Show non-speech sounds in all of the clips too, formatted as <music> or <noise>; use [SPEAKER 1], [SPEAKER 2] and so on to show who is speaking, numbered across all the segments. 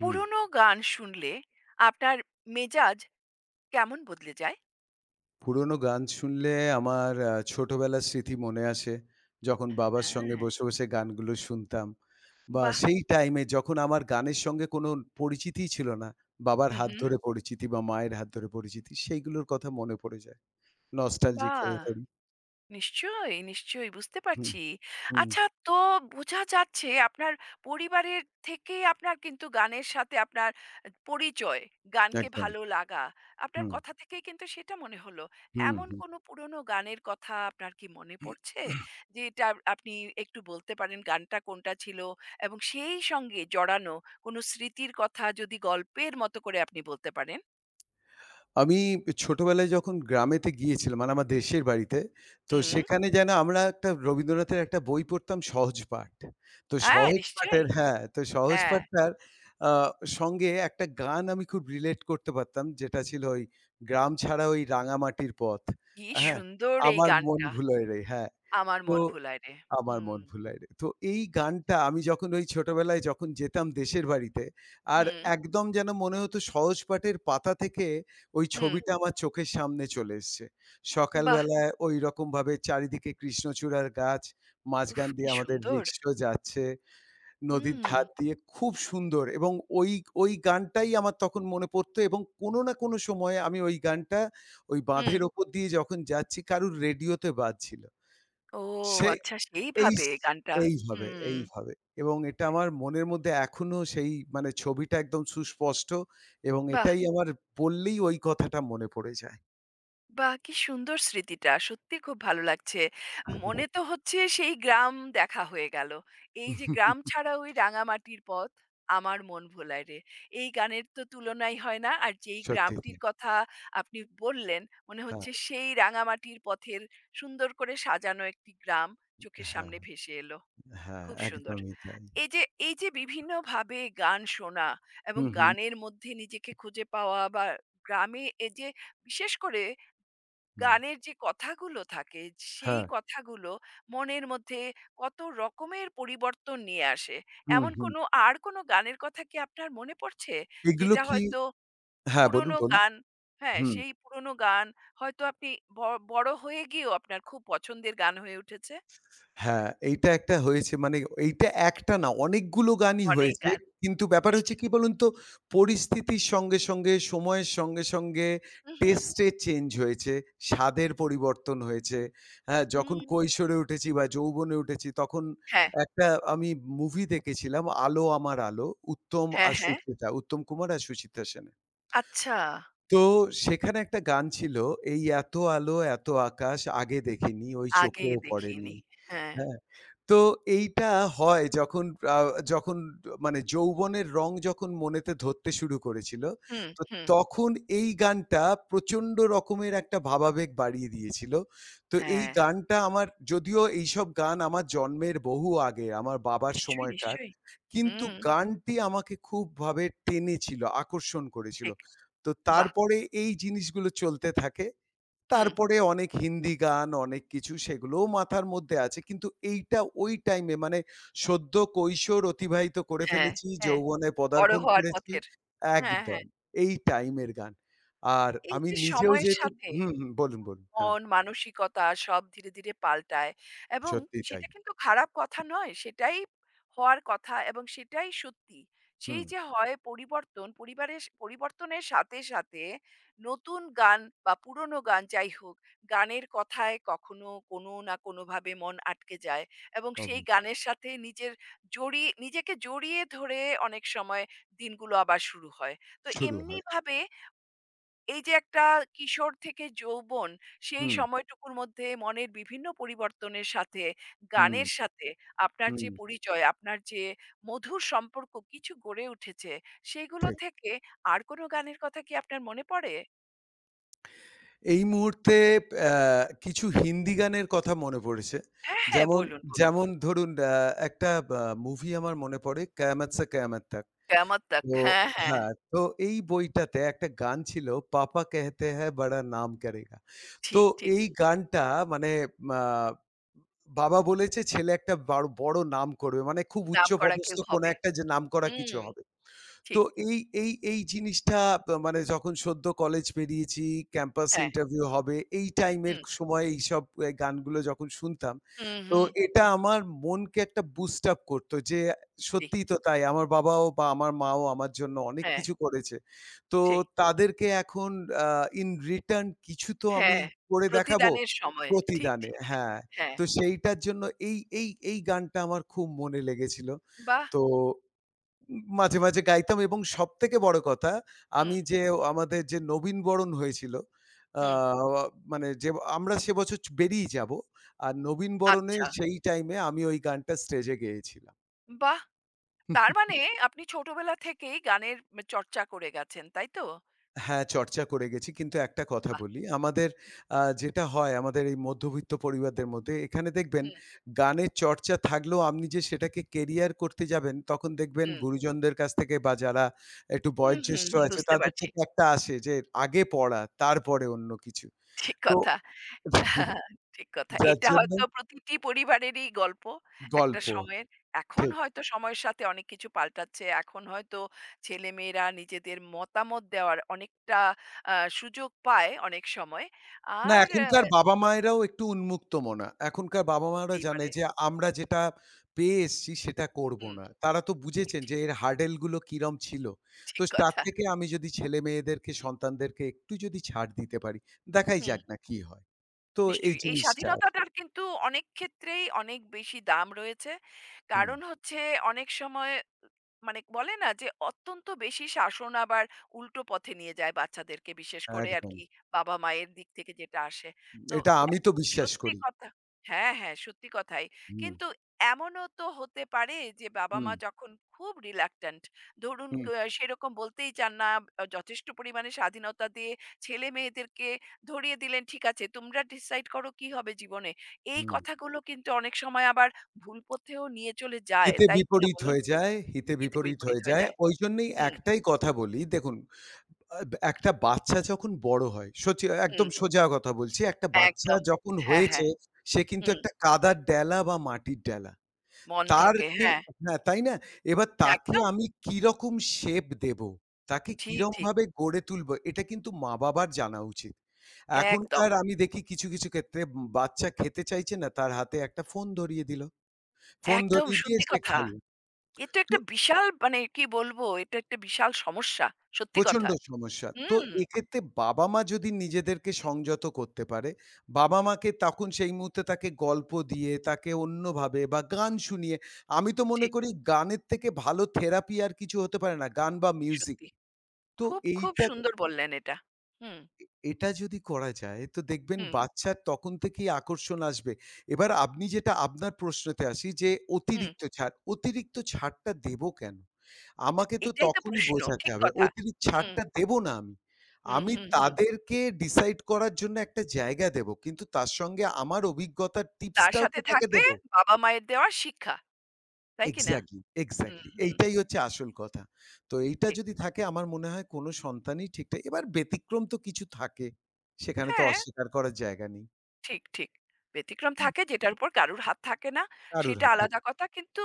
[SPEAKER 1] হুম।
[SPEAKER 2] গান শুনলে আপনার মেজাজ কেমন বদলে যায়?
[SPEAKER 1] পুরোনো গান শুনলে আমার ছোটবেলার স্মৃতি মনে আসে। যখন বাবার সঙ্গে
[SPEAKER 2] হ্যাঁ।
[SPEAKER 1] বসে, বসে গানগুলো শুনতাম বা
[SPEAKER 2] বাহ!
[SPEAKER 1] সেই টাইমে যখন আমার গানের সঙ্গে কোনো পরিচিতিই ছিল না। বাবার
[SPEAKER 2] হু,
[SPEAKER 1] হাত
[SPEAKER 2] হু।
[SPEAKER 1] ধরে পরিচিতি বা মায়ের হাত ধরে পরিচিতি সেইগুলোর কথা মনে পড়ে যায়। নস্টালজিক
[SPEAKER 2] বাহ!
[SPEAKER 1] হয়ে পড়ি।
[SPEAKER 2] নিশ্চয়ই, নিশ্চয়ই বুঝতে
[SPEAKER 1] হুম,
[SPEAKER 2] পারছি।
[SPEAKER 1] হুম,
[SPEAKER 2] আচ্ছা তো বোঝা যাচ্ছে আপনার পরিবারের থেকে আপনার কিন্তু গানের সাথে আপনার পরিচয়, গানকে
[SPEAKER 1] একদম।
[SPEAKER 2] ভালো লাগা। আপনার
[SPEAKER 1] হুম,
[SPEAKER 2] কথা থেকেই কিন্তু সেটা মনে হলো।
[SPEAKER 1] হুম,
[SPEAKER 2] এমন
[SPEAKER 1] হুম।
[SPEAKER 2] কোনো পুরনো গানের কথা আপনার কি মনে পড়ছে? যে এটা আপনি একটু বলতে পারেন গানটা কোনটা ছিল? এবং সেই সঙ্গে জড়ানো কোনো স্মৃতির কথা যদি গল্পের মতো করে আপনি বলতে পারেন?
[SPEAKER 1] আমি ছোটবেলায় যখন গ্রামেতে গিয়েছিলাম, মানে আমার দেশের বাড়িতে, তো আচ্ছা।
[SPEAKER 2] হুম,
[SPEAKER 1] সেখানে যেন আমরা একটা রবীন্দ্রনাথের একটা বই পড়তাম 'সহজপাঠ'। তো
[SPEAKER 2] হ্যাঁ নিশ্চয়ই।
[SPEAKER 1] সহজপাঠের হ্যাঁ, তো
[SPEAKER 2] হ্যাঁ,
[SPEAKER 1] সহজপাঠটার আ সঙ্গে একটা গান আমি খুব রিলেট করতে পারতাম, যেটা ছিল ওই 'গ্রাম ছাড়া ওই রাঙা মাটির পথ',
[SPEAKER 2] কি
[SPEAKER 1] হ্যাঁ?
[SPEAKER 2] সুন্দর এই
[SPEAKER 1] 'আমার মন
[SPEAKER 2] গানটা।
[SPEAKER 1] ভুলোয় রে' হ্যাঁ,
[SPEAKER 2] আমার
[SPEAKER 1] তো
[SPEAKER 2] মন ভুলায় রে।
[SPEAKER 1] আমার
[SPEAKER 2] হুম।
[SPEAKER 1] মন ভুলায় রে। তো এই
[SPEAKER 2] স
[SPEAKER 1] গানটা আমি যখন ওই ছোটবেলায় যখন যেতাম দেশের বাড়িতে, আর
[SPEAKER 2] হুম,
[SPEAKER 1] একদম যেন মনে হতো সহজ পাঠের পাতা থেকে ওই
[SPEAKER 2] হুম।
[SPEAKER 1] ছবিটা আমার চোখের সামনে চলে এসছে।
[SPEAKER 2] বাহ!
[SPEAKER 1] সকালবেলায় ঐরকমভাবে চারিদিকে কৃষ্ণচূড়ার গাছ,
[SPEAKER 2] উফ
[SPEAKER 1] মাঝখান
[SPEAKER 2] কি
[SPEAKER 1] দিয়ে আমাদের
[SPEAKER 2] সুন্দর।
[SPEAKER 1] রিক্সা যাচ্ছে, নদীর
[SPEAKER 2] হুম,
[SPEAKER 1] ধার দিয়ে খুব সুন্দর এবং ওই ওই গানটাই আমার তখন মনে পড়তো এবং কোনো না কোনো সময়ে আমি ওই গানটা ওই
[SPEAKER 2] হুম।
[SPEAKER 1] বাঁধের ওপর দিয়ে যখন যাচ্ছি কারুর রেডিওতে বাজছিল।
[SPEAKER 2] ও
[SPEAKER 1] সেই
[SPEAKER 2] আচ্ছা
[SPEAKER 1] এই
[SPEAKER 2] সেইভাবে
[SPEAKER 1] স
[SPEAKER 2] গানটা।
[SPEAKER 1] এইভাবে,
[SPEAKER 2] হুম,
[SPEAKER 1] এইভাবে এবং এটা আমার মনের মধ্যে এখনো সেই মানে ছবিটা একদম সুস্পষ্ট এবং
[SPEAKER 2] বাহ!
[SPEAKER 1] এটাই আমার পড়লেই ওই কথাটা মনে পড়ে যায়।
[SPEAKER 2] বাহ! কি সুন্দর স্মৃতিটা। সত্যিই খুব ভালো লাগছে। মনে তো হচ্ছে সেই গ্রাম দেখা হয়ে গেল। এই যে গ্রাম ছাড়া ওই রাঙামাটির পথ আমার মন ভোলায় রে। এই গানের তো তুলনাই হয় না। আর যেই
[SPEAKER 1] সত্যি তাই।
[SPEAKER 2] গ্রামটির কথা আপনি বললেন, মনে
[SPEAKER 1] হ্যাঁ,
[SPEAKER 2] হচ্ছে সেই রাঙামাটির পথের সুন্দর করে সাজানো একটি গ্রাম চোখের
[SPEAKER 1] হ্যাঁ,
[SPEAKER 2] সামনে ভেসে এলো।
[SPEAKER 1] হ্যাঁ,
[SPEAKER 2] খুব সুন্দর।
[SPEAKER 1] একদমই তাই।
[SPEAKER 2] এই যে এই যে বিভিন্নভাবে গান শোনা এবং
[SPEAKER 1] হুম, হুম,
[SPEAKER 2] গানের মধ্যে নিজেকে খুঁজে পাওয়া বা গ্রামে এই যে বিশেষ করে
[SPEAKER 1] হুম।
[SPEAKER 2] গানের যে কথাগুলো থাকে, সেই
[SPEAKER 1] হ্যাঁ,
[SPEAKER 2] কথাগুলো মনের মধ্যে কত রকমের পরিবর্তন নিয়ে আসে।
[SPEAKER 1] হুম,
[SPEAKER 2] এমন
[SPEAKER 1] হুম।
[SPEAKER 2] কোনো আর কোনো গানের কথা কি আপনার মনে পড়ছে?
[SPEAKER 1] এগুলো
[SPEAKER 2] যেটা
[SPEAKER 1] কি
[SPEAKER 2] হয়তো
[SPEAKER 1] হ্যাঁ, বলুন,
[SPEAKER 2] পুরোনো
[SPEAKER 1] বলুন।
[SPEAKER 2] গান হ্যাঁ,
[SPEAKER 1] হুম।
[SPEAKER 2] সেই পুরোনো গান হয়তো আপনি ব বড় হয়ে গিয়েও আপনার খুব পছন্দের গান হয়ে উঠেছে?
[SPEAKER 1] হ্যাঁ, এইটা একটা হয়েছে মানে এইটা একটা না অনেকগুলো গানই
[SPEAKER 2] অনেক
[SPEAKER 1] হয়েছে।
[SPEAKER 2] গান
[SPEAKER 1] কিন্তু ব্যাপার হচ্ছে
[SPEAKER 2] নিশ্চয়ই।
[SPEAKER 1] কি বলুন তো? পরিস্থিতির সঙ্গে, সঙ্গে সময়ের সঙ্গে, সঙ্গে
[SPEAKER 2] হু, হু।
[SPEAKER 1] টেস্টে চেঞ্জ হয়েছে, স্বাদের পরিবর্তন হয়েছে। হ্যাঁ, যখন
[SPEAKER 2] হুম।
[SPEAKER 1] কৈশোরে উঠেছি বা যৌবনে উঠেছি তখন
[SPEAKER 2] হ্যাঁ,
[SPEAKER 1] একটা আমি মুভি দেখেছিলাম 'আলো আমার আলো' উত্তম
[SPEAKER 2] হ্যাঁ,
[SPEAKER 1] আর
[SPEAKER 2] হ্যাঁ।
[SPEAKER 1] সুচিত্রা, উত্তম কুমার আর সুচিত্রা সেনের।
[SPEAKER 2] আচ্ছা,
[SPEAKER 1] তো সেখানে একটা গান ছিল, এই এত আলো এত আকাশ আগে দেখিনি, ওই
[SPEAKER 2] আগে
[SPEAKER 1] চোখেও পড়েনি।
[SPEAKER 2] দেখিনি। হ্যাঁ।
[SPEAKER 1] হ্যাঁ। তো এইটা হয় আ যখন মানে যৌবনের রং যখন মনেতে ধরতে শুরু করেছিল,
[SPEAKER 2] হুম,
[SPEAKER 1] তো
[SPEAKER 2] হুম।
[SPEAKER 1] তখন এই গানটা প্রচণ্ড রকমের একটা ভাবাবেগ বাড়িয়ে দিয়েছিল। তো এই
[SPEAKER 2] হ্যাঁ,
[SPEAKER 1] গানটা আমার যদিও এইসব গান আমার জন্মের বহু আগে, আমার বাবার
[SPEAKER 2] নিশ্চয়ই,
[SPEAKER 1] সময়কার।
[SPEAKER 2] নিশ্চয়ই।
[SPEAKER 1] কিন্তু
[SPEAKER 2] হুম,
[SPEAKER 1] গানটি আমাকে খুবভাবে টেনেছিল, আকর্ষণ করেছিল।
[SPEAKER 2] ঠিক।
[SPEAKER 1] তো
[SPEAKER 2] বাহ!
[SPEAKER 1] তারপরে এই জিনিসগুলো চলতে থাকে।
[SPEAKER 2] হুম।
[SPEAKER 1] তারপরে অনেক হিন্দি গান, অনেক কিছু সেগুলোও মাথার মধ্যে আছে। কিন্তু এইটা ওই টাইমে মানে সদ্য কৈশোর অতিবাহিত করে
[SPEAKER 2] হ্যাঁ,
[SPEAKER 1] ফেলেছি,
[SPEAKER 2] হ্যাঁ,
[SPEAKER 1] যৌবনে
[SPEAKER 2] বড়
[SPEAKER 1] পদার্পণ
[SPEAKER 2] হওয়ার
[SPEAKER 1] করেছি
[SPEAKER 2] পথের। হ্যাঁ,
[SPEAKER 1] একদম।
[SPEAKER 2] হ্যাঁ।
[SPEAKER 1] এই টাইমের গান। আর
[SPEAKER 2] এই
[SPEAKER 1] আমি
[SPEAKER 2] যে
[SPEAKER 1] নিজেও
[SPEAKER 2] সময়ের
[SPEAKER 1] যেহেতু
[SPEAKER 2] সাথে
[SPEAKER 1] হুম, হুম, বলুন, বলুন। হ্যাঁ,
[SPEAKER 2] মন, মানসিকতা সব ধীরে, ধীরে পাল্টায় এবং
[SPEAKER 1] সত্যিই তাই।
[SPEAKER 2] সেটা কিন্তু খারাপ কথা নয়। সেটাই হওয়ার কথা এবং সেটাই সত্যি।
[SPEAKER 1] হুম,
[SPEAKER 2] সেই যে হয় পরিবর্তন, পরিবারের পরিবর্তনের সাথে, সাথে নতুন গান বা পুরনো গান যাই হোক, গানের কথায় কখনো কোনো না কোনোভাবে মন আটকে যায় এবং সেই
[SPEAKER 1] অব-
[SPEAKER 2] গানের সাথে নিজের জড়িয়ে নিজেকে জড়িয়ে ধরে অনেক সময় দিনগুলো আবার শুরু হয়। তো
[SPEAKER 1] শুরু হয়।
[SPEAKER 2] এমনিভাবে এই যে একটা কিশোর থেকে যৌবন, সেই
[SPEAKER 1] হুম,
[SPEAKER 2] সময়টুকুর মধ্যে মনের বিভিন্ন পরিবর্তনের সাথে,
[SPEAKER 1] হুম,
[SPEAKER 2] গানের সাথে আপনার
[SPEAKER 1] হুম,
[SPEAKER 2] যে পরিচয়, আপনার যে মধুর সম্পর্ক কিছু গড়ে উঠেছে, সেগুলো
[SPEAKER 1] ঠিক।
[SPEAKER 2] থেকে আর কোনো গানের কথা কি আপনার মনে পড়ে?
[SPEAKER 1] এই মুহূর্তে আ কিছু হিন্দি গানের কথা মনে পড়েছে।
[SPEAKER 2] হ্যাঁ, হ্যাঁ,
[SPEAKER 1] যেমন
[SPEAKER 2] বলুন, বলুন।
[SPEAKER 1] যেমন ধরুন একটা বা মুভি আমার মনে পড়ে 'কেয়ামত সে কেয়ামত তক'।
[SPEAKER 2] 'কেয়ামত তাক'
[SPEAKER 1] তো
[SPEAKER 2] হ্যাঁ, হ্যাঁ।
[SPEAKER 1] হ্যাঁ, তো এই বইটাতে একটা গান ছিল 'পাপা কেহতে হ্যায় বড়া নাম করেগা।' তো
[SPEAKER 2] ঠিক, ঠিক।
[SPEAKER 1] এই গানটা মানে মা বাবা বলেছে ছেলে একটা বড় নাম করবে। মানে খুব
[SPEAKER 2] নামকরা
[SPEAKER 1] উচ্চপদস্থ
[SPEAKER 2] কেউ
[SPEAKER 1] কোনো
[SPEAKER 2] হবে।
[SPEAKER 1] একটা যে নামকরা
[SPEAKER 2] হুম,
[SPEAKER 1] কিছু হবে। তো
[SPEAKER 2] ঠিক।
[SPEAKER 1] এই এই এই জিনিসটা মানে যখন সদ্য কলেজ বেরিয়েছি, ক্যাম্পাস
[SPEAKER 2] হ্যাঁ,
[SPEAKER 1] ইন্টারভিউ হবে, এই টাইমের
[SPEAKER 2] হুম,
[SPEAKER 1] সময় এইসব গানগুলো যখন শুনতাম,
[SPEAKER 2] হুম,
[SPEAKER 1] তো
[SPEAKER 2] হুম।
[SPEAKER 1] এটা আমার মনকে একটা বুস্ট আপ করত যে
[SPEAKER 2] ঠিক।
[SPEAKER 1] সত্যিই তো তাই। আমার বাবাও বা আমার মাও আমার জন্য অনেক
[SPEAKER 2] হ্যাঁ,
[SPEAKER 1] কিছু করেছে। তো
[SPEAKER 2] ঠিক।
[SPEAKER 1] তাদেরকে এখন আ ইন রিটার্ন কিছু তো আমি
[SPEAKER 2] হ্যাঁ,
[SPEAKER 1] করে দেখাবো
[SPEAKER 2] প্রতিদানের সময়। ঠিক,
[SPEAKER 1] প্রতিদানে
[SPEAKER 2] ঠিক।
[SPEAKER 1] হ্যাঁ।
[SPEAKER 2] হ্যাঁ,
[SPEAKER 1] তো সেইটার জন্য এই এই এই গানটা আমার খুব মনে লেগেছিল।
[SPEAKER 2] বাহ!
[SPEAKER 1] তো মাঝে, মাঝে গাইতাম এবং সবথেকে বড় কথা আমি
[SPEAKER 2] হুম,
[SPEAKER 1] যে আমাদের যে নবীনবরণ হয়েছিল আ
[SPEAKER 2] হুম।
[SPEAKER 1] মানে যে আমরা সে বছর বেরিয়ে যাব। আর নবীনবরণে
[SPEAKER 2] আচ্ছা,
[SPEAKER 1] সেই টাইমে আমি ওই গানটা স্টেজে গেয়েছিলাম।
[SPEAKER 2] বাহ! তার মানে আপনি ছোটবেলা থেকেই গানের চর্চা করে গেছেন, তাই তো?
[SPEAKER 1] হ্যাঁ, চর্চা করে গেছি। কিন্তু একটা কথা
[SPEAKER 2] বাহ!
[SPEAKER 1] বলি, আমাদের যেটা হয় আমাদের এই মধ্যবিত্ত পরিবারদের মধ্যে, এখানে দেখবেন
[SPEAKER 2] হুম,
[SPEAKER 1] গানের চর্চা থাকলেও আপনি যে সেটাকে কেরিয়ার করতে যাবেন, তখন দেখবেন
[SPEAKER 2] হুম।
[SPEAKER 1] গুরুজনদের কাছ থেকে বা যারা একটু
[SPEAKER 2] হুম, হুম,
[SPEAKER 1] বয়োজ্যেষ্ঠ
[SPEAKER 2] হুম,
[SPEAKER 1] আছে
[SPEAKER 2] বুঝতে
[SPEAKER 1] তাদের
[SPEAKER 2] পারছি।
[SPEAKER 1] থেকে একটা আসে যে আগে পড়া, তারপরে অন্য কিছু।
[SPEAKER 2] ঠিক
[SPEAKER 1] তো
[SPEAKER 2] কথা। ঠিক কথা।
[SPEAKER 1] যার
[SPEAKER 2] এটা
[SPEAKER 1] জন্য
[SPEAKER 2] হয়তো প্রতিটি পরিবারেরই গল্প একটা
[SPEAKER 1] গল্প।
[SPEAKER 2] সময়ের। এখন
[SPEAKER 1] ঠিক।
[SPEAKER 2] হয়তো সময়ের সাথে অনেক কিছু পাল্টাচ্ছে। এখন হয়তো ছেলেমেয়েরা নিজেদের মতামত দেওয়ার অনেকটা আ সুযোগ পায় অনেক সময়।
[SPEAKER 1] না,
[SPEAKER 2] আর
[SPEAKER 1] এখনকার বাবা-মায়েরাও একটু উন্মুক্ত মনা। এখনকার বাবা-মায়েরা
[SPEAKER 2] হতেই
[SPEAKER 1] জানে
[SPEAKER 2] পারে।
[SPEAKER 1] যে আমরা যেটা পেয়ে এসছি সেটা করব
[SPEAKER 2] হুম,
[SPEAKER 1] না। তারা তো
[SPEAKER 2] ঠিক,
[SPEAKER 1] বুঝেছেন যে
[SPEAKER 2] ঠিক,
[SPEAKER 1] এর হার্ডেল গুলো কিরম ছিল। তো
[SPEAKER 2] ঠিক
[SPEAKER 1] তার
[SPEAKER 2] কথা।
[SPEAKER 1] থেকে আমি যদি ছেলে-মেয়েদেরকে সন্তানদেরকে একটু যদি ছাড় দিতে পারি, দেখাই
[SPEAKER 2] হুম।
[SPEAKER 1] যাক না কি হয়। তো এই
[SPEAKER 2] নিশ্চয়ই। এই
[SPEAKER 1] জিনিসটা আছে।
[SPEAKER 2] স্বাধীনতাটার কিন্তু অনেক ক্ষেত্রেই অনেক বেশি দাম রয়েছে।
[SPEAKER 1] হুম,
[SPEAKER 2] কারণ হচ্ছে অনেক সময় মানে বলে না যে অত্যন্ত বেশি শাসন আবার উল্টো পথে নিয়ে যায় বাচ্চাদেরকে বিশেষ করে
[SPEAKER 1] একদম।
[SPEAKER 2] আরকি বাবা মায়ের দিক থেকে যেটা আসে। তো
[SPEAKER 1] এটা
[SPEAKER 2] অ্যা
[SPEAKER 1] আমি তো বিশ্বাস
[SPEAKER 2] সত্যি
[SPEAKER 1] করি।
[SPEAKER 2] কথা হ্যাঁ, হ্যাঁ সত্যি কথাই।
[SPEAKER 1] হুম,
[SPEAKER 2] কিন্তু এমনও তো হতে পারে যে বাবা
[SPEAKER 1] হুম,
[SPEAKER 2] মা যখন খুব reluctant ধরুন
[SPEAKER 1] হুম,
[SPEAKER 2] ক আহ সেরকম বলতেই চান না যথেষ্ট পরিমাণে স্বাধীনতা দিয়ে ছেলে-মেয়েদেরকে ধরিয়ে দিলেন ঠিক আছে তোমরা decide করো কি হবে জীবনে। এই
[SPEAKER 1] হুম।
[SPEAKER 2] কথাগুলো কিন্তু অনেক সময় আবার ভুল পথেও নিয়ে চলে যায়।
[SPEAKER 1] হিতে
[SPEAKER 2] তাই কিনা
[SPEAKER 1] বিপরীত
[SPEAKER 2] বলুন?
[SPEAKER 1] হয়ে যায় হিতে
[SPEAKER 2] হিতে
[SPEAKER 1] বিপরীত
[SPEAKER 2] বিপরীত
[SPEAKER 1] হয়ে
[SPEAKER 2] হয়ে
[SPEAKER 1] যায়।
[SPEAKER 2] যায়।
[SPEAKER 1] ওইজন্যেই
[SPEAKER 2] হুম,
[SPEAKER 1] একটাই কথা বলি, দেখুন আ একটা বাচ্চা যখন বড় হয়, সচি একদম
[SPEAKER 2] হুম,
[SPEAKER 1] সোজা কথা বলছি। একটা বাচ্চা
[SPEAKER 2] একদম।
[SPEAKER 1] যখন
[SPEAKER 2] হ্যাঁ,
[SPEAKER 1] হয়েছে,
[SPEAKER 2] হ্যাঁ।
[SPEAKER 1] সে কিন্তু
[SPEAKER 2] হুম,
[SPEAKER 1] একটা কাদার ডেলা বা মাটির ডেলা।
[SPEAKER 2] মন
[SPEAKER 1] তার
[SPEAKER 2] থেকে
[SPEAKER 1] কি
[SPEAKER 2] হ্যাঁ,
[SPEAKER 1] হ্যাঁ, তাই না? এবার তাকে
[SPEAKER 2] একদম
[SPEAKER 1] আমি কিরকম শেপ দেব? তাকে
[SPEAKER 2] ঠিক, ঠিক।
[SPEAKER 1] কিরমভাবে গড়ে তুলবো? এটা কিন্তু মা-বাবার জানা উচিত।
[SPEAKER 2] একদম,
[SPEAKER 1] এখনকার আমি দেখি কিছু, কিছু ক্ষেত্রে বাচ্চা খেতে চাইছে না, তার হাতে একটা ফোন ধরিয়ে দিল। ফোন
[SPEAKER 2] একদম
[SPEAKER 1] ধরিয়ে দিয়ে
[SPEAKER 2] সত্যি
[SPEAKER 1] সে
[SPEAKER 2] কথা।
[SPEAKER 1] খাইয়ে
[SPEAKER 2] এ তো
[SPEAKER 1] তো
[SPEAKER 2] একটা বিশাল মানে কি বলবো, এটা একটা বিশাল সমস্যা। সত্যি
[SPEAKER 1] প্রচণ্ড
[SPEAKER 2] কথা।
[SPEAKER 1] সমস্যা। তো
[SPEAKER 2] হুম,
[SPEAKER 1] এক্ষেত্রে বাবা-মা যদি নিজেদেরকে সংযত করতে পারে, বাবা-মাকে তখন সেই মুহূর্তে তাকে গল্প দিয়ে, তাকে অন্যভাবে বা গান শুনিয়ে আমি তো মনে
[SPEAKER 2] ঠিক,
[SPEAKER 1] করি গানের থেকে ভালো থেরাপি আর কিছু হতে পারে না। গান বা মিউজিক।
[SPEAKER 2] সত্যি।
[SPEAKER 1] তো
[SPEAKER 2] খুব, খুব
[SPEAKER 1] এইটা
[SPEAKER 2] সুন্দর বললেন এটা। হুম,
[SPEAKER 1] এ এটা যদি করা যায় তো দেখবেন
[SPEAKER 2] হুম,
[SPEAKER 1] বাচ্চার তখন থেকেই আকর্ষণ আসবে। এবার আপনি যেটা আপনার প্রশ্নতে আসি যে
[SPEAKER 2] হুম।
[SPEAKER 1] অতিরিক্ত ছাড়, অতিরিক্ত ছাড়টা দেবো কেন? আমাকে তো
[SPEAKER 2] এটাই তো
[SPEAKER 1] তখনই
[SPEAKER 2] প্রশ্ন।
[SPEAKER 1] বোঝাতে
[SPEAKER 2] ঠিক
[SPEAKER 1] হবে।
[SPEAKER 2] কথা।
[SPEAKER 1] অতিরিক্ত
[SPEAKER 2] হুম,
[SPEAKER 1] ছাড়টা দেবো না আমি।
[SPEAKER 2] হুম,
[SPEAKER 1] আমি
[SPEAKER 2] হুম, হুম।
[SPEAKER 1] তাদেরকে ডিসাইড করার জন্য একটা জায়গা দেবো। কিন্তু তার সঙ্গে আমার অভিজ্ঞতার
[SPEAKER 2] তার
[SPEAKER 1] টিপসটাও তো
[SPEAKER 2] সাথে
[SPEAKER 1] তাকে
[SPEAKER 2] থাকবে
[SPEAKER 1] দেবো।
[SPEAKER 2] বাবা-মায়ের দেওয়া শিক্ষা। তাই কিনা?
[SPEAKER 1] এক্সাক্টলি,
[SPEAKER 2] হুম,
[SPEAKER 1] এক্সাক্টলি।
[SPEAKER 2] হুম।
[SPEAKER 1] এইটাই হচ্ছে
[SPEAKER 2] ঠিক,
[SPEAKER 1] আসল কথা। তো এইটা
[SPEAKER 2] ঠিক।
[SPEAKER 1] যদি থাকে আমার মনে হয় কোন সন্তানই ঠিকঠাক এবার ব্যতিক্রম তো কিছু থাকে। সেখানে তো
[SPEAKER 2] হ্যাঁ।
[SPEAKER 1] অস্বীকার করার জায়গা নেই।
[SPEAKER 2] ঠিক, ঠিক। ব্যতিক্রম
[SPEAKER 1] হুম।
[SPEAKER 2] থাকে যেটার উপর কারুর হাত থাকে না,
[SPEAKER 1] কারুর
[SPEAKER 2] সেটা
[SPEAKER 1] হাত
[SPEAKER 2] হুম।
[SPEAKER 1] থাকে
[SPEAKER 2] আলাদা কথা। কিন্তু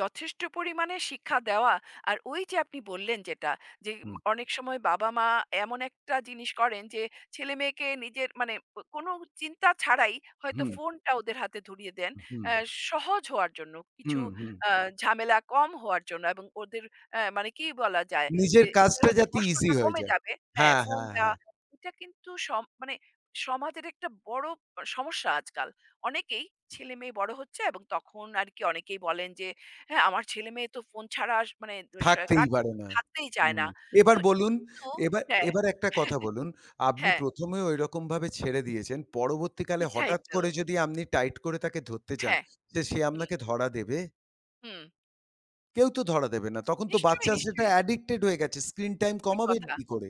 [SPEAKER 2] যথেষ্ট পরিমাণে শিক্ষা দেওয়া আর ওই যে আপনি বললেন যেটা, যে
[SPEAKER 1] হুম,
[SPEAKER 2] অনেক সময় বাবা-মা এমন একটা জিনিস করেন যে ছেলে-মেয়েকে নিজের মানে ও কোনো চিন্তা ছাড়াই হয়তো
[SPEAKER 1] হুম,
[SPEAKER 2] ফোনটা ওদের হাতে ধরিয়ে দেন।
[SPEAKER 1] হুম,
[SPEAKER 2] অ্যা সহজ হওয়ার জন্য, কিছু
[SPEAKER 1] হুম, হুম।
[SPEAKER 2] আ ঝামেলা কম হওয়ার জন্য এবং ওদের মানে কি বলা যায়?
[SPEAKER 1] নিজের
[SPEAKER 2] যে এতে
[SPEAKER 1] কাজটা
[SPEAKER 2] হয়তো
[SPEAKER 1] যাতে ইজি
[SPEAKER 2] কষ্টটা
[SPEAKER 1] হয়ে
[SPEAKER 2] কমে
[SPEAKER 1] যায়।
[SPEAKER 2] যাবে। হ্যাঁ,
[SPEAKER 1] হ্যাঁ,
[SPEAKER 2] ফোন
[SPEAKER 1] হ্যাঁ,
[SPEAKER 2] দেওয়া।
[SPEAKER 1] হ্যাঁ।
[SPEAKER 2] এটা কিন্তু সম মানে সমাজের একটা বড় সমস্যা আজকাল। অনেকেই ছেলেমেয়ে বড় হচ্ছে এবং তখন আর কি অনেকেই বলেন যে, "হ্যাঁ, আমার ছেলেমেয়ে তো ফোন ছাড়া আস মানে স
[SPEAKER 1] থাকতেই
[SPEAKER 2] কাট
[SPEAKER 1] পারে না।
[SPEAKER 2] থাকতেই চায়
[SPEAKER 1] হুম।
[SPEAKER 2] না।"
[SPEAKER 1] এবার
[SPEAKER 2] তো
[SPEAKER 1] বলুন,
[SPEAKER 2] কিন্তু
[SPEAKER 1] এবার
[SPEAKER 2] হ্যাঁ,
[SPEAKER 1] এবার একটা কথা
[SPEAKER 2] <laughs>
[SPEAKER 1] বলুন। আপনি
[SPEAKER 2] হ্যাঁ,
[SPEAKER 1] ১ম এ ঐরকমভাবে ছেড়ে দিয়েছেন। পরবর্তীকালে হুম।
[SPEAKER 2] এটাই
[SPEAKER 1] হঠাৎ
[SPEAKER 2] তো।
[SPEAKER 1] করে যদি আপনি টাইট করে তাকে ধরতে চান,
[SPEAKER 2] হ্যাঁ,
[SPEAKER 1] যে সে
[SPEAKER 2] হুম,
[SPEAKER 1] আপনাকে ধরা দেবে?
[SPEAKER 2] হুম।
[SPEAKER 1] কেউ তো ধরা দেবে না। তখন তো
[SPEAKER 2] নিশ্চয়ই,
[SPEAKER 1] বাচ্চা সেটা
[SPEAKER 2] নিশ্চয়ই।
[SPEAKER 1] অ্যাডিক্টেড হয়ে গেছে। স্ক্রিন টাইম
[SPEAKER 2] ঠিক
[SPEAKER 1] কমাবেন
[SPEAKER 2] কথা।
[SPEAKER 1] কি করে?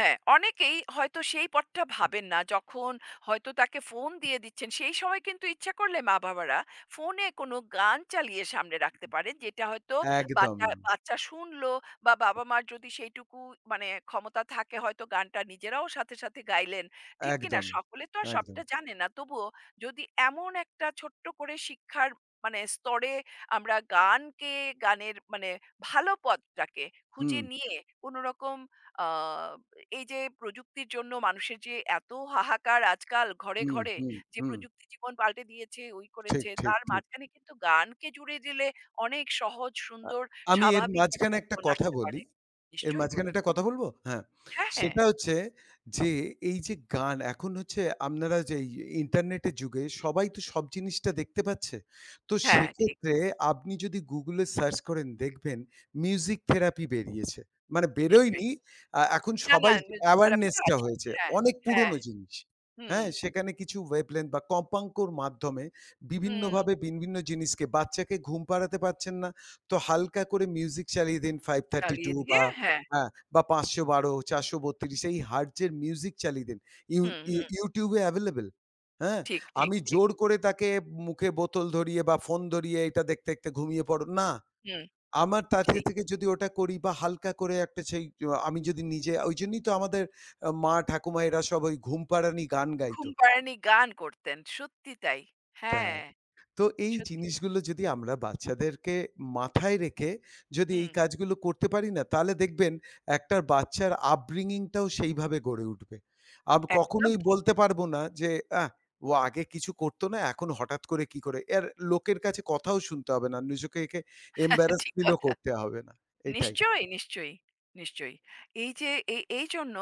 [SPEAKER 2] হ্যাঁ, অনেকেই হয়তো সেই পথটা ভাবেন না। যখন হয়তো তাকে ফোন দিয়ে দিচ্ছেন, সেই সময় কিন্তু ইচ্ছা করলে মা-বাবারা ফোনে কোনো গান চালিয়ে সামনে রাখতে পারেন, যেটা হয়তো বাচ্চা
[SPEAKER 1] একদমই,
[SPEAKER 2] বাচ্চা শুনলো বা বাবা-মার যদি সেইটুকু মানে ক্ষমতা থাকে হয়তো গানটা নিজেরাও সাথে, সাথে গাইলেন। ঠিক কি না?
[SPEAKER 1] একদমই,
[SPEAKER 2] সকলে তো আর
[SPEAKER 1] একদম।
[SPEAKER 2] সবটা জানে না। তবুও যদি এমন একটা ছোট্ট করে শিক্ষার মানে স্তরে আমরা গানকে, গানের মানে ভালো পথটাকে
[SPEAKER 1] হুম,
[SPEAKER 2] খুঁজে নিয়ে কোনরকম আ এই যে প্রযুক্তির জন্য মানুষের যে এত হাহাকার আজকাল ঘরে,
[SPEAKER 1] হুম,
[SPEAKER 2] ঘরে
[SPEAKER 1] হুম,
[SPEAKER 2] যে
[SPEAKER 1] হুম।
[SPEAKER 2] প্রযুক্তি জীবন পাল্টে দিয়েছে, ওই
[SPEAKER 1] ঠিক,
[SPEAKER 2] করেছে,
[SPEAKER 1] ঠিক,
[SPEAKER 2] তার
[SPEAKER 1] ঠিক।
[SPEAKER 2] মাঝখানে কিন্তু গানকে জুড়ে দিলে অনেক সহজ,
[SPEAKER 1] আ
[SPEAKER 2] সুন্দর,
[SPEAKER 1] আমি এর
[SPEAKER 2] স্বাভাবিক একটা
[SPEAKER 1] মাঝখানে একটা
[SPEAKER 2] জীবন
[SPEAKER 1] কথা
[SPEAKER 2] আসতে
[SPEAKER 1] বলি।
[SPEAKER 2] পারে।
[SPEAKER 1] এর
[SPEAKER 2] নিশ্চয়ই
[SPEAKER 1] মাঝখানে
[SPEAKER 2] বলুন।
[SPEAKER 1] একটা কথা বলব? হ্যাঁ।
[SPEAKER 2] হ্যাঁ, হ্যাঁ।
[SPEAKER 1] সেটা হচ্ছে যে এই যে গান এখন হচ্ছে আপনারা যে এই ইন্টারনেটের যুগে সবাই তো সব জিনিসটা দেখতে পাচ্ছে। তো
[SPEAKER 2] হ্যাঁ, ঠিক।
[SPEAKER 1] সেক্ষেত্রে আপনি যদি Google এ সার্চ করেন দেখবেন মিউজিক থেরাপি বেরিয়েছে। মানে
[SPEAKER 2] নিশ্চয়ই।
[SPEAKER 1] বেরোয়নি এখন
[SPEAKER 2] না, না
[SPEAKER 1] সবাই
[SPEAKER 2] মিউজিক থেরাপি
[SPEAKER 1] awareness
[SPEAKER 2] তো
[SPEAKER 1] টা
[SPEAKER 2] আছেই।
[SPEAKER 1] হয়েছে।
[SPEAKER 2] হ্যাঁ,
[SPEAKER 1] অনেক
[SPEAKER 2] হ্যাঁ।
[SPEAKER 1] পুরনো জিনিস।
[SPEAKER 2] হুম,
[SPEAKER 1] হ্যাঁ? সেখানে কিছু wavelength বা কম্পাঙ্কর মাধ্যমে
[SPEAKER 2] হুম।
[SPEAKER 1] বিভিন্নভাবে বিভিন্ন জিনিসকে বাচ্চাকে ঘুম পাড়াতে পারছেন না, তো হালকা করে মিউজিক চালিয়ে দিন 532
[SPEAKER 2] চালিয়ে
[SPEAKER 1] বা
[SPEAKER 2] দিয়ে হ্যাঁ।
[SPEAKER 1] হ্যাঁ, বা ৫১২, ৪৩২ এই হার্টজের মিউজিক চালিয়ে দেন। ইউ
[SPEAKER 2] হুম,
[SPEAKER 1] ইউ
[SPEAKER 2] হুম।
[SPEAKER 1] YouTube এ available হ্যাঁ?
[SPEAKER 2] ঠিক, ঠিক,
[SPEAKER 1] আমি
[SPEAKER 2] ঠিক।
[SPEAKER 1] জোর করে তাকে মুখে বোতল ধরিয়ে বা ফোন ধরিয়ে এটা দেখতে, দেখতে ঘুমিয়ে পড়ো না।
[SPEAKER 2] হুম,
[SPEAKER 1] আমার তাতে
[SPEAKER 2] সেই।
[SPEAKER 1] থেকে যদি ওটা করি বা হালকা করে একটা সেই আমি যদি নিজে ঐজন্যই তো আমাদের মা ঠাকুমা এরা সব ওই ঘুম পাড়ানি গান গাইতো।
[SPEAKER 2] ঘুম পাড়ানি গান করতেন। সত্যি তাই।
[SPEAKER 1] তা
[SPEAKER 2] হ্যাঁ,
[SPEAKER 1] তো এই
[SPEAKER 2] সত্যি।
[SPEAKER 1] জিনিসগুলো যদি আমরা বাচ্চাদেরকে মাথায় রেখে যদি এই
[SPEAKER 2] হুম,
[SPEAKER 1] কাজগুলো করতে পারি না, তাহলে দেখবেন একটা বাচ্চার upbringing-টাও সেইভাবে গড়ে উঠবে।
[SPEAKER 2] একদম
[SPEAKER 1] কখনোই
[SPEAKER 2] ঠিক।
[SPEAKER 1] বলতে পারবো না যে, "আহ! ও আগে কিছু করতো না, এখন হঠাৎ করে কি করে?" এর লোকের কাছে কথাও শুনতে হবে না। নিজেকে একে
[SPEAKER 2] <laughs>
[SPEAKER 1] embarrass
[SPEAKER 2] ঠিক
[SPEAKER 1] feel-ও
[SPEAKER 2] কথা।
[SPEAKER 1] করতে হবে না। এটাই।
[SPEAKER 2] নিশ্চয়ই, নিশ্চয়ই, নিশ্চয়ই। এই যে এইজন্য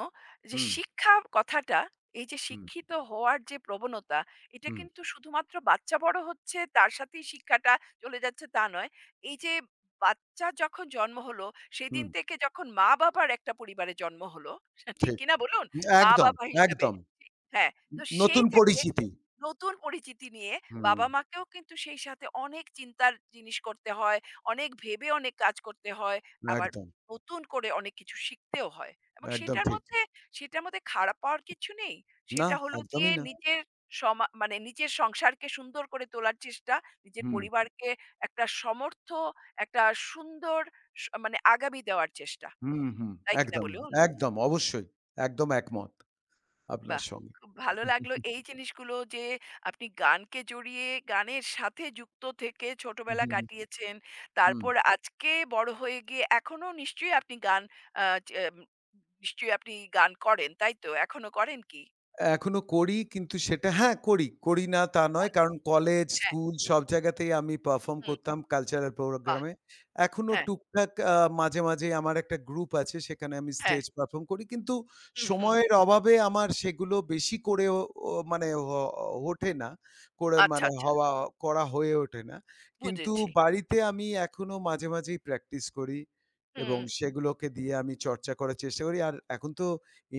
[SPEAKER 2] যে
[SPEAKER 1] হুম,
[SPEAKER 2] শিক্ষা কথাটা, এই যে
[SPEAKER 1] হুম,
[SPEAKER 2] শিক্ষিত হওয়ার যে প্রবণতা, এটা
[SPEAKER 1] হুম,
[SPEAKER 2] কিন্তু শুধুমাত্র বাচ্চা বড় হচ্ছে তার সাথেই শিক্ষাটা চলে যাচ্ছে তা নয়। এই যে বাচ্চার যখন জন্ম হলো, সেদিন
[SPEAKER 1] হুম,
[SPEAKER 2] থেকে যখন মা-বাবার একটা পরিবারে জন্ম হলো, ঠিক
[SPEAKER 1] ঠিক।
[SPEAKER 2] কিনা বলুন?
[SPEAKER 1] একদম,
[SPEAKER 2] মা-বাবা হিসাবে
[SPEAKER 1] একদম।
[SPEAKER 2] হ্যাঁ, তো সেই
[SPEAKER 1] নতুন
[SPEAKER 2] থেকে
[SPEAKER 1] পরিচিতি।
[SPEAKER 2] নতুন পরিচিতি নিয়ে
[SPEAKER 1] হুম,
[SPEAKER 2] বাবা-মাকেও কিন্তু সেই সাথে অনেক চিন্তার জিনিস করতে হয়, অনেক ভেবে অনেক কাজ করতে হয়। আবার
[SPEAKER 1] একদম,
[SPEAKER 2] নতুন করে অনেক কিছু শিখতেও হয় এবং
[SPEAKER 1] একদম
[SPEAKER 2] সেটার
[SPEAKER 1] ঠিক।
[SPEAKER 2] মধ্যে সেটার মধ্যে খারাপ পাওয়ার কিছু নেই।
[SPEAKER 1] না,
[SPEAKER 2] সেটা হলো
[SPEAKER 1] একদমই
[SPEAKER 2] গিয়ে
[SPEAKER 1] না।
[SPEAKER 2] নিজের সমা মানে নিজের সংসারকে সুন্দর করে তোলার চেষ্টা, নিজের
[SPEAKER 1] হুম।
[SPEAKER 2] পরিবারকে একটা সমর্থ, একটা সুন্দর স মানে আগামী দেওয়ার চেষ্টা।
[SPEAKER 1] হুম, হুম।
[SPEAKER 2] তাই কিনা
[SPEAKER 1] একদমই,
[SPEAKER 2] বলুন?
[SPEAKER 1] একদম অবশ্যই। একদম একমত আপনার
[SPEAKER 2] বাহ!
[SPEAKER 1] সঙ্গে।
[SPEAKER 2] খুব ভালো
[SPEAKER 1] হু, হু,
[SPEAKER 2] লাগলো
[SPEAKER 1] হু,
[SPEAKER 2] এই জিনিসগুলো যে আপনি গানকে জড়িয়ে গানের সাথে যুক্ত থেকে
[SPEAKER 1] হু,
[SPEAKER 2] ছোটবেলা
[SPEAKER 1] হু,
[SPEAKER 2] কাটিয়েছেন।
[SPEAKER 1] হু।
[SPEAKER 2] তারপর আজকে বড় হয়ে গিয়ে এখনো নিশ্চয়ই আপনি গান আ চে এম নিশ্চয়ই আপনি গান করেন, তাই তো? এখনো করেন কি?
[SPEAKER 1] এখনো করি কিন্তু সেটা হ্যাঁ, করি। করি না তা নয়।
[SPEAKER 2] বাহ!
[SPEAKER 1] কারণ কলেজ,
[SPEAKER 2] হ্যাঁ,
[SPEAKER 1] স্কুল সব জায়গাতেই আমি পারফর্ম
[SPEAKER 2] হুম,
[SPEAKER 1] করতাম কালচারাল
[SPEAKER 2] বাহ!
[SPEAKER 1] প্রোগ্রামে। এখনো
[SPEAKER 2] হ্যাঁ,
[SPEAKER 1] টুকটাক মাঝে, মাঝেই আমার একটা গ্রুপ আছে সেখানে আমি
[SPEAKER 2] হ্যাঁ,
[SPEAKER 1] স্টেজ পারফর্ম করি। কিন্তু
[SPEAKER 2] হুম, হুম।
[SPEAKER 1] সময়ের অভাবে আমার সেগুলো বেশি করেও ও ও মানে ওঠে না। করে
[SPEAKER 2] আচ্ছা,
[SPEAKER 1] মানে
[SPEAKER 2] আচ্ছা
[SPEAKER 1] হওয়া করা হয়ে ওঠে না। কিন্তু
[SPEAKER 2] বুঝেছি।
[SPEAKER 1] বাড়িতে আমি এখনো মাঝে, মাঝেই প্র্যাকটিস করি এবং
[SPEAKER 2] হুম,
[SPEAKER 1] সেগুলোকে দিয়ে আমি চর্চা করার চেষ্টা করি। আর এখন তো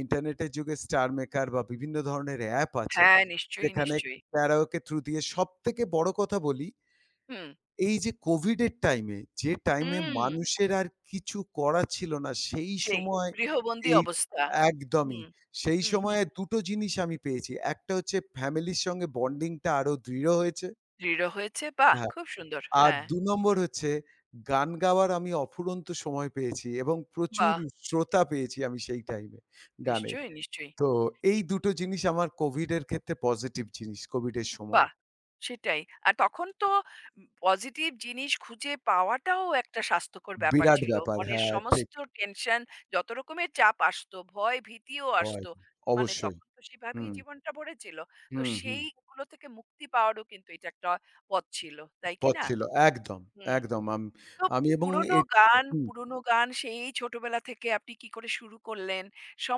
[SPEAKER 1] ইন্টারনেটের যুগে স্টার মেকার বা বিভিন্ন ধরনের অ্যাপ আছে।
[SPEAKER 2] হ্যাঁ, নিশ্চয়ই,
[SPEAKER 1] যেখানে
[SPEAKER 2] নিশ্চয়ই।
[SPEAKER 1] ক্যারাওকে থ্রু দিয়ে সবথেকে বড় কথা বলি,
[SPEAKER 2] হুম,
[SPEAKER 1] এই যে কোভিডের টাইমে যে টাইমে
[SPEAKER 2] হুম,
[SPEAKER 1] মানুষের আর কিছু করার ছিল না, সেই
[SPEAKER 2] সেই
[SPEAKER 1] সময়
[SPEAKER 2] গৃহবন্দী
[SPEAKER 1] এই
[SPEAKER 2] অবস্থা।
[SPEAKER 1] একদমই।
[SPEAKER 2] হুম,
[SPEAKER 1] সেই
[SPEAKER 2] হুম, হুম।
[SPEAKER 1] সময়ে ২ টো জিনিস আমি পেয়েছি। একটা হচ্ছে ফ্যামিলির সঙ্গে বন্ডিংটা আরো দৃঢ় হয়েছে।
[SPEAKER 2] দৃঢ় হয়েছে, বাহ!
[SPEAKER 1] হ্যাঁ,
[SPEAKER 2] খুব সুন্দর।
[SPEAKER 1] আর
[SPEAKER 2] হ্যাঁ,
[SPEAKER 1] ২ নম্বর হচ্ছে গান গাওয়ার আমি অফুরন্ত সময় পেয়েছি এবং প্রচুর
[SPEAKER 2] বাহ!
[SPEAKER 1] শ্রোতা পেয়েছি আমি সেই টাইমে গানের।
[SPEAKER 2] নিশ্চয়ই, নিশ্চয়ই।
[SPEAKER 1] তো এই দুটো জিনিস আমার কোভিড এর ক্ষেত্রে পজিটিভ জিনিস কোভিড এর সময়।
[SPEAKER 2] বাহ! সেটাই। আর তখন তো পজিটিভ জিনিস খুঁজে পাওয়াটাও একটা স্বাস্থ্যকর ব্যাপার
[SPEAKER 1] বিরাট
[SPEAKER 2] ছিল।
[SPEAKER 1] ব্যাপার।
[SPEAKER 2] মনের
[SPEAKER 1] হ্যাঁ, ঠিক
[SPEAKER 2] সমস্ত টেনশন, যত রকমের চাপ আসতো, ভয়, ভীতিও
[SPEAKER 1] ভয়।
[SPEAKER 2] আসতো। মানে
[SPEAKER 1] অবশ্যই।
[SPEAKER 2] তখন তো সেভাবেই
[SPEAKER 1] হুম,
[SPEAKER 2] জীবনটা ভরে ছিল। তো
[SPEAKER 1] হুম, হুম।
[SPEAKER 2] সেইগুলো থেকে মুক্তি পাওয়ারও কিন্তু এটা একটা পথ ছিল। তাই কি
[SPEAKER 1] পথ
[SPEAKER 2] না?
[SPEAKER 1] ছিল। একদম,
[SPEAKER 2] হুম।
[SPEAKER 1] একদম।
[SPEAKER 2] তো
[SPEAKER 1] আমি এবং
[SPEAKER 2] পুরোনো
[SPEAKER 1] এ
[SPEAKER 2] গান,
[SPEAKER 1] হুম,
[SPEAKER 2] পুরোনো গান সেই ছোটবেলা থেকে আপনি কি করে শুরু করলেন?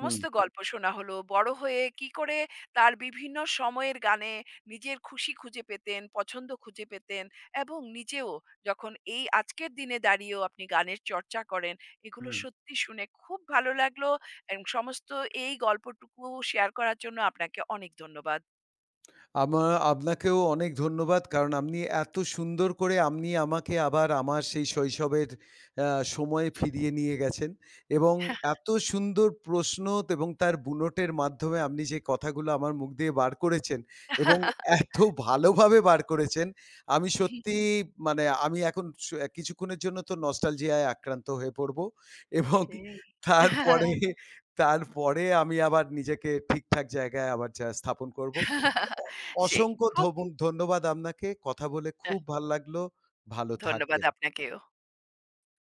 [SPEAKER 1] হুম,
[SPEAKER 2] গল্প শোনা হলো। বড় হয়ে কি করে তার বিভিন্ন সময়ের গানে নিজের খুশি খুঁজে পেতেন, পছন্দ খুঁজে পেতেন এবং নিজেও যখন এই আজকের দিনে দাঁড়িয়েও আপনি গানের চর্চা করেন, এগুলো
[SPEAKER 1] হুম।
[SPEAKER 2] সত্যি শুনে খুব ভালো লাগলো এবং সমস্ত এই গল্পটুকু শেয়ার করার জন্য আপনাকে অনেক ধন্যবাদ।
[SPEAKER 1] আমা আপনাকেও অনেক ধন্যবাদ। কারণ আপনি এত সুন্দর করে আপনি আমাকে আবার আমার সেই শৈশবের আ সময়ে ফিরিয়ে নিয়ে গেছেন এবং এত সুন্দর প্রশ্ন এবং তার বুনটের মাধ্যমে আপনি যে কথাগুলো আমার মুখ দিয়ে বার করেছেন এবং
[SPEAKER 2] <laughs>
[SPEAKER 1] এত ভালোভাবে বার করেছেন, আমি সত্যিই মানে আমি এখন কিছুক্ষণের জন্য তো nostalgia য় আক্রান্ত হয়ে পড়ব এবং
[SPEAKER 2] সেই। <laughs>
[SPEAKER 1] তারপরে, তারপরে আমি আবার নিজেকে ঠিকঠাক জায়গায় আবার যা স্থাপন করব।
[SPEAKER 2] সেই
[SPEAKER 1] অসংখ্য
[SPEAKER 2] খুব
[SPEAKER 1] ধন্যবাদ আপনাকে। কথা বলে খুব ভাল লাগলো। ভালো
[SPEAKER 2] ধন্যবাদ
[SPEAKER 1] থাকবেন।
[SPEAKER 2] আপনাকেও।